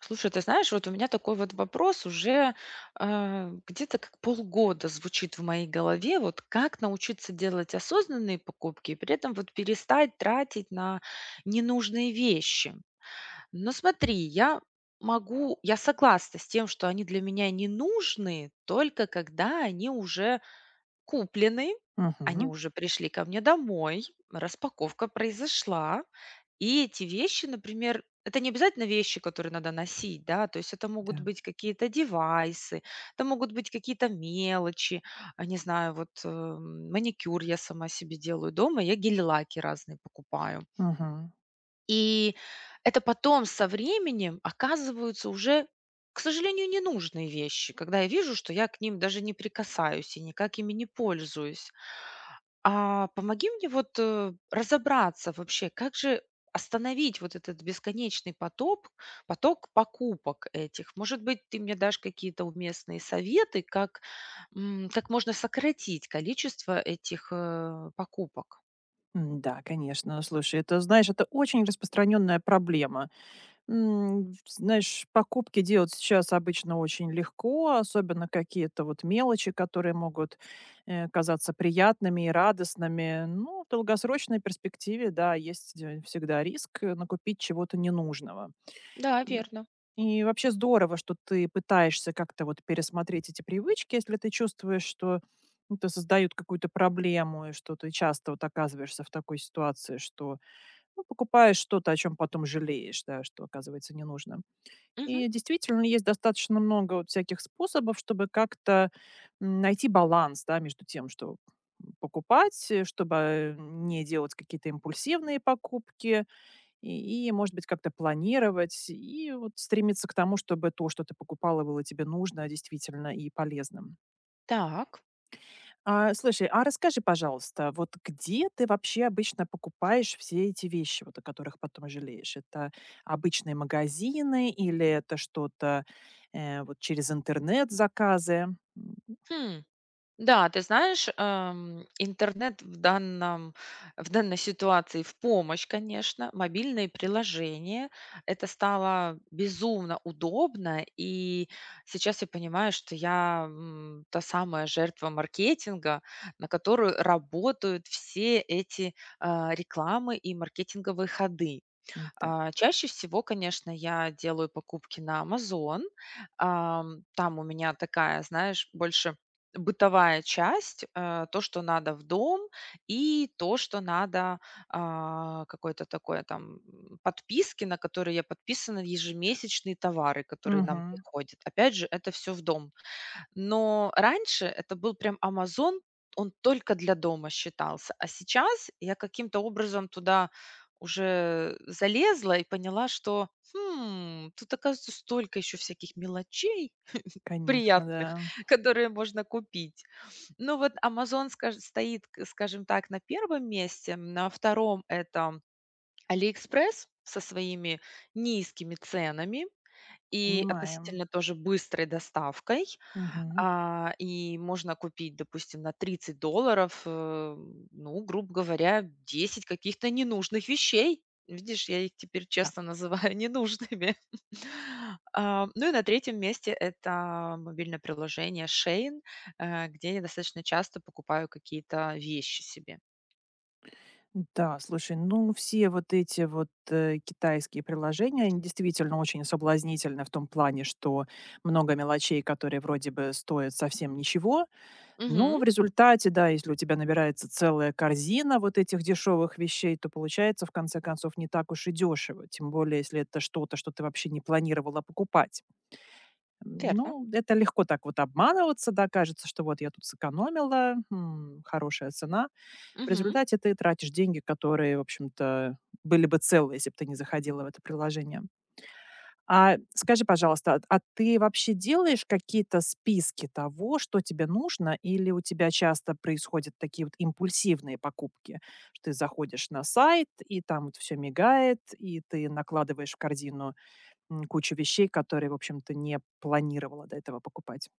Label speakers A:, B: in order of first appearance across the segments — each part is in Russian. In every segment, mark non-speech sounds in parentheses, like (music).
A: Слушай, ты знаешь, вот у меня такой вот вопрос уже где-то как полгода звучит в моей голове, вот как научиться делать осознанные покупки и при этом вот перестать тратить на ненужные вещи. Но смотри, я могу, я согласна с тем, что они для меня не нужны, только когда они уже куплены, они
B: Мгм.
A: уже пришли ко мне домой, распаковка произошла. И эти вещи, например, это не обязательно вещи, которые надо носить, да, то есть это могут
B: Да.
A: быть какие-то девайсы, это могут быть какие-то мелочи, а, не знаю, вот маникюр я сама себе делаю дома, я гель-лаки разные покупаю.
B: Мгм.
A: И это потом со временем оказываются уже, к сожалению, ненужные вещи, когда я вижу, что я к ним даже не прикасаюсь и никак ими не пользуюсь. А помоги мне вот, разобраться вообще, как же остановить вот этот бесконечный поток покупок этих? Может быть, ты мне дашь какие-то уместные советы, как, м, как можно сократить количество этих, покупок?
B: М-да, конечно. Слушай, это, знаешь, это очень распространенная проблема. Знаешь, покупки делать сейчас обычно очень легко, особенно какие-то вот мелочи, которые могут казаться приятными и радостными. Ну, в долгосрочной перспективе, да, есть всегда риск накупить чего-то ненужного.
A: Да,
B: И
A: верно.
B: и вообще здорово, что ты пытаешься как-то вот пересмотреть эти привычки, если ты чувствуешь, что ну, это создают какую-то проблему, и что ты часто вот оказываешься в такой ситуации, что ну, покупаешь что-то, о чем потом жалеешь, да, что оказывается не нужно.
A: Мгм.
B: И действительно есть достаточно много вот всяких способов, чтобы как-то найти баланс, да, между тем, что покупать, чтобы не делать какие-то импульсивные покупки, и, может быть, как-то планировать, и вот стремиться к тому, чтобы то, что ты покупала, было тебе нужно действительно и полезным.
A: Так.
B: А, слушай, а расскажи, пожалуйста, вот где ты вообще обычно покупаешь все эти вещи, вот, о которых потом жалеешь? Это обычные магазины или это что-то вот через интернет заказы? М,
A: Хм. Да, ты знаешь, интернет в данной ситуации в помощь, конечно. Мобильные приложения. Это стало безумно удобно. И сейчас я понимаю, что я м, та самая жертва маркетинга, на которую работают все эти а, рекламы и маркетинговые ходы.
B: да.
A: А, чаще всего, конечно, я делаю покупки на Amazon. Ам, там у меня такая, знаешь, больше бытовая часть, то, что надо в дом, и то, что надо, а, какой-то такой там, м, подписки, на которые я подписана, ежемесячные товары, которые нам
B: Мгм.
A: приходят. Опять же, это все в дом. Но раньше это был прям «Амазон», он только для дома считался. А сейчас я каким-то образом туда уже залезла и поняла, что, хм, тут, оказывается, столько еще всяких мелочей
B: Конечно,
A: приятных,
B: да.
A: (laughs) которые можно купить. Ну вот Amazon скаж стоит, к скажем так, на первом месте, на втором это AliExpress со своими низкими ценами. И
B: Понимаем.
A: относительно тоже быстрой доставкой.
B: Мгм.
A: А, и можно купить, допустим, на $30, ну, грубо говоря, 10 каких-то ненужных вещей. Видишь, я их теперь
B: Да.
A: честно называю (laughs) ненужными. (laughs) А, ну и на третьем месте это мобильное приложение Shein, где я достаточно часто покупаю какие-то вещи себе.
B: Да, слушай, ну все вот эти вот китайские приложения, они действительно очень соблазнительны в том плане, что много мелочей, которые вроде бы стоят совсем ничего, но
A: Мгм.
B: в результате, да, если у тебя набирается целая корзина вот этих дешевых вещей, то получается в конце концов не так уж и дешево, тем более если это что-то, что ты вообще не планировала покупать.
A: Верно.
B: Ну, это легко так вот обманываться, да, кажется, что вот я тут сэкономила, хорошая цена. В результате ты тратишь деньги, которые, в общем-то, были бы целые, если бы ты не заходила в это приложение. А скажи, пожалуйста, а ты вообще делаешь какие-то списки того, что тебе нужно, или у тебя часто происходят такие вот импульсивные покупки? Что ты заходишь на сайт, и там вот все мигает, и ты накладываешь в корзину кучу вещей, которые, в общем-то, не планировала до этого покупать.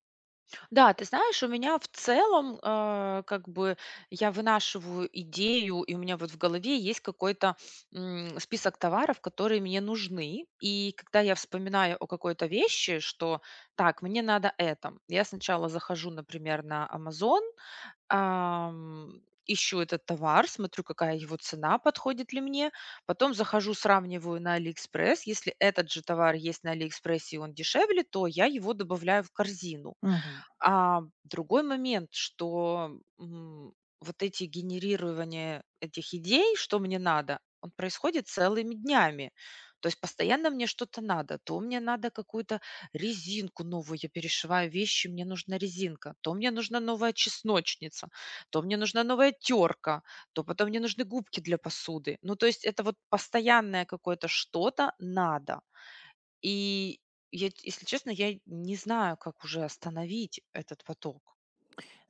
A: Да, ты знаешь, у меня в целом, как бы я вынашиваю идею, и у меня вот в голове есть какой-то м, список товаров, которые мне нужны. И когда я вспоминаю о какой-то вещи, что так, мне надо это, я сначала захожу, например, на Amazon, ам, ищу этот товар, смотрю, какая его цена, подходит ли мне. Потом захожу, сравниваю на AliExpress. Если этот же товар есть на AliExpress и он дешевле, то я его добавляю в корзину.
B: Мгм.
A: А другой момент, что, м, вот эти генерирование этих идей, что мне надо, он происходит целыми днями. То есть постоянно мне что-то надо. То мне надо какую-то резинку новую, я перешиваю вещи, мне нужна резинка. То мне нужна новая чесночница, то мне нужна новая терка, то потом мне нужны губки для посуды. Ну, то есть это вот постоянное какое-то что-то надо. И я, т если честно, я не знаю, как уже остановить этот поток.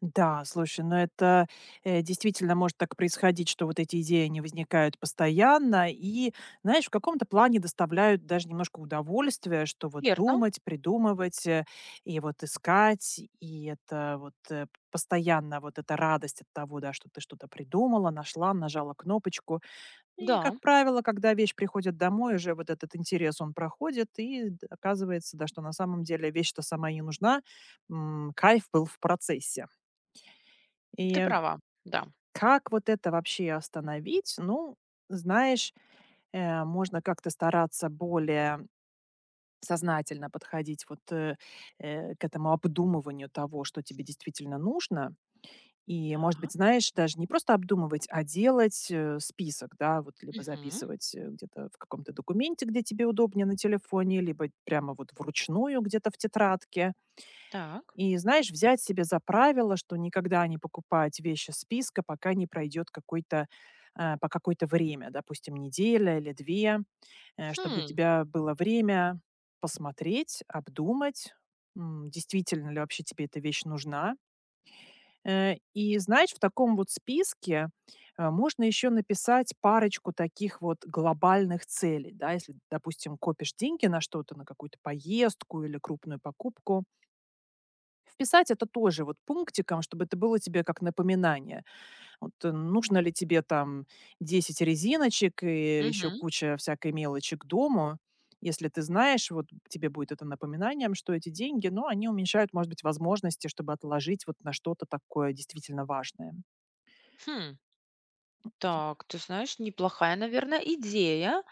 B: Да, слушай, но это, действительно может так происходить, что вот эти идеи, они возникают постоянно и, знаешь, в каком-то плане доставляют даже немножко удовольствия, что вот
A: Верно,
B: думать, придумывать, и вот искать, и это вот, постоянно вот эта радость от того, да, что ты что-то придумала, нашла, нажала кнопочку. И,
A: да,
B: как правило, когда вещь приходит домой, уже вот этот интерес, он проходит, и оказывается, да, что на самом деле вещь-то сама и не нужна, кайф был в процессе. И
A: ты права, да.
B: как вот это вообще остановить? Ну, знаешь, можно как-то стараться более сознательно подходить вот к этому обдумыванию того, что тебе действительно нужно. И, может быть,
A: Так.
B: знаешь, даже не просто обдумывать, а делать, список, да, вот либо
A: Мгм.
B: записывать, где-то в каком-то документе, где тебе удобнее на телефоне, либо прямо вот вручную где-то в тетрадке.
A: Так.
B: И, знаешь, взять себе за правило, что никогда не покупать вещи из списка, пока не пройдет какой-то, по какое-то время, допустим, неделя или 2, чтобы у
A: Хм.
B: тебя было время посмотреть, обдумать, действительно ли вообще тебе эта вещь нужна. И знаешь, в таком вот списке, можно еще написать парочку таких вот глобальных целей, да. Если, допустим, копишь деньги на что-то, на какую-то поездку или крупную покупку, вписать это тоже вот пунктиком, чтобы это было тебе как напоминание. Вот, нужно ли тебе там 10 резиночек и еще
A: Мгм.
B: куча всякой мелочи к дому? Если ты знаешь, вот тебе будет это напоминанием, что эти деньги, ну, они уменьшают, может быть, возможности, чтобы отложить вот на что-то такое действительно важное.
A: Хм. Так, ты знаешь, неплохая, наверное, идея.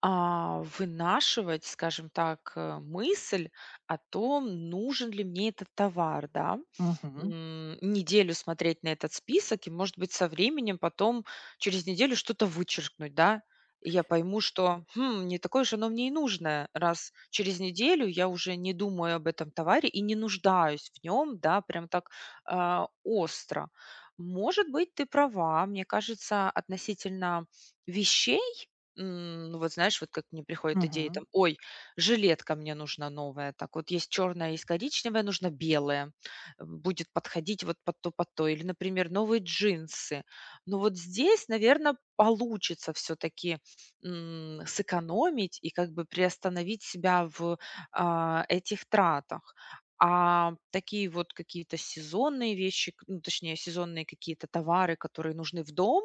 A: А, вынашивать, скажем так, мысль о том, нужен ли мне этот товар, да.
B: Мгм.
A: М, неделю смотреть на этот список и, может быть, со временем потом через неделю что-то вычеркнуть, да. И я пойму, что, хм, не такое же, оно мне и нужное, раз через неделю я уже не думаю об этом товаре и не нуждаюсь в нем, да, прям так остро. Может быть, ты права, мне кажется, относительно вещей, М, ну, вот знаешь, вот как мне приходят идеи там:
B: Мгм.
A: «Ой, жилетка мне нужна новая». Так вот есть черная, есть коричневая, нужна белая. Будет подходить вот под то, под то. Или, например, новые джинсы. Но вот здесь, наверное, получится все таки сэкономить и как бы приостановить себя в, этих тратах. А такие вот какие-то сезонные вещи, к ну, точнее, сезонные какие-то товары, которые нужны в дом,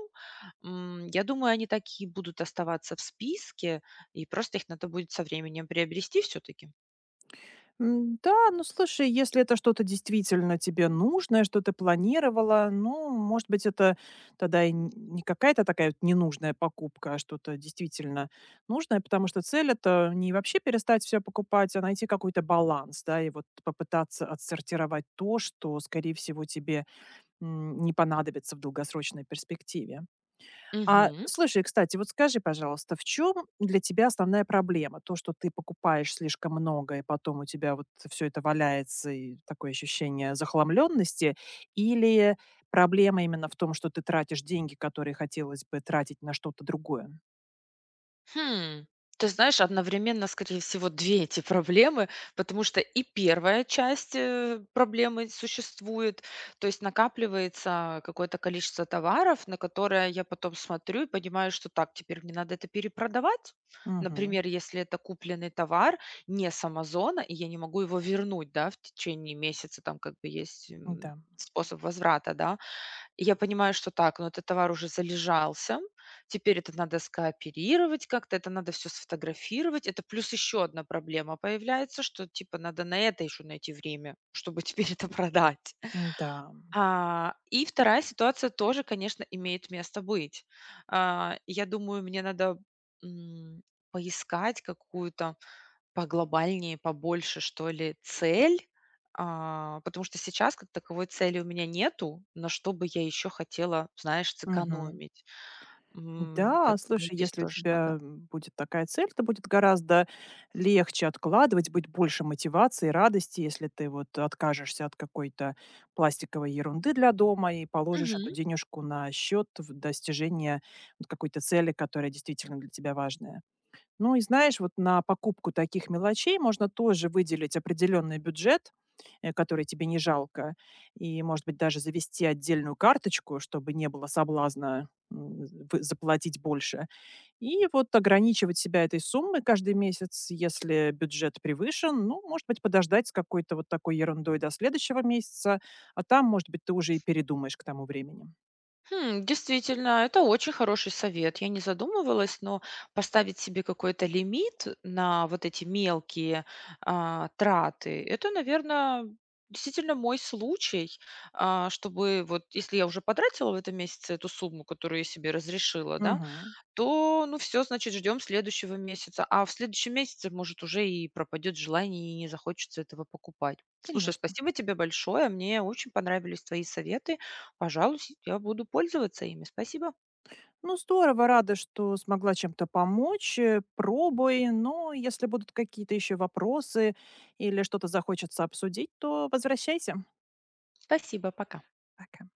A: М, я думаю, они такие будут оставаться в списке, и просто их надо будет со временем приобрести все таки.
B: М, да, ну слушай, если это что-то действительно тебе нужное, что ты планировала, ну, может быть, это тогда и не какая-то такая вот ненужная покупка, а что-то действительно нужное, потому что цель это не вообще перестать все покупать, а найти какой-то баланс, да, и вот попытаться отсортировать то, что, скорее всего, тебе не понадобится в долгосрочной перспективе. А,
A: Мгм.
B: слушай, кстати, вот скажи, пожалуйста, в чем для тебя основная проблема? То, что ты покупаешь слишком много, и потом у тебя вот все это валяется, и такое ощущение захламленности? Или проблема именно в том, что ты тратишь деньги, которые хотелось бы тратить на что-то другое?
A: Хм, ты знаешь, одновременно, скорее всего, 2 эти проблемы, потому что и первая часть, проблемы существует, то есть накапливается какое-то количество товаров, на которое я потом смотрю и понимаю, что так, теперь мне надо это перепродавать.
B: Мгм.
A: Например, если это купленный товар не с «Амазона», и я не могу его вернуть, да, в течение месяца, там как бы есть, м,
B: Да,
A: способ возврата, да. Я понимаю, что так, но этот товар уже залежался. Теперь это надо скооперировать как-то, это надо все сфотографировать. Это плюс еще одна проблема появляется, что типа надо на это еще найти время, чтобы (laughs) теперь это продать.
B: да,
A: А, и вторая ситуация тоже, конечно, имеет место быть. А, я думаю, мне надо, м, поискать какую-то поглобальнее, побольше, что ли, цель, потому что сейчас как таковой цели у меня нету, на что бы я еще хотела, знаешь, сэкономить. М, я
B: да,
A: думаю,
B: слушай,
A: здесь
B: если у
A: тоже
B: тебя
A: надо.
B: будет такая цель, то будет гораздо легче откладывать, будет больше мотивации, радости, если ты вот откажешься от какой-то пластиковой ерунды для дома и положишь эту
A: Мгм.
B: денежку на счет в достижение вот какой-то цели, которая действительно для тебя важная. Ну и знаешь, вот на покупку таких мелочей можно тоже выделить определенный бюджет, который тебе не жалко, и, может быть, даже завести отдельную карточку, чтобы не было соблазна заплатить больше. И вот ограничивать себя этой суммой каждый месяц, если бюджет превышен, ну, может быть, подождать с какой-то вот такой ерундой до следующего месяца, а там, может быть, ты уже и передумаешь к тому времени.
A: Хм, действительно, это очень хороший совет. Я не задумывалась, но поставить себе какой-то лимит на вот эти мелкие, траты- это, наверное, действительно мой случай, чтобы вот если я уже потратила в этом месяце эту сумму, которую я себе разрешила, да,
B: Мгм.
A: то, ну, все, значит, ждем следующего месяца. А в следующем месяце, может, уже и пропадет желание, и не захочется этого покупать. Слушай,
B: Конечно.
A: спасибо тебе большое. Мне очень понравились твои советы. Пожалуйста, я буду пользоваться ими. Спасибо.
B: Ну, здорово, рада, что смогла чем-то помочь. Пробуй, но если будут какие-то еще вопросы или что-то захочется обсудить, то возвращайся.
A: Спасибо, пока.
B: Пока.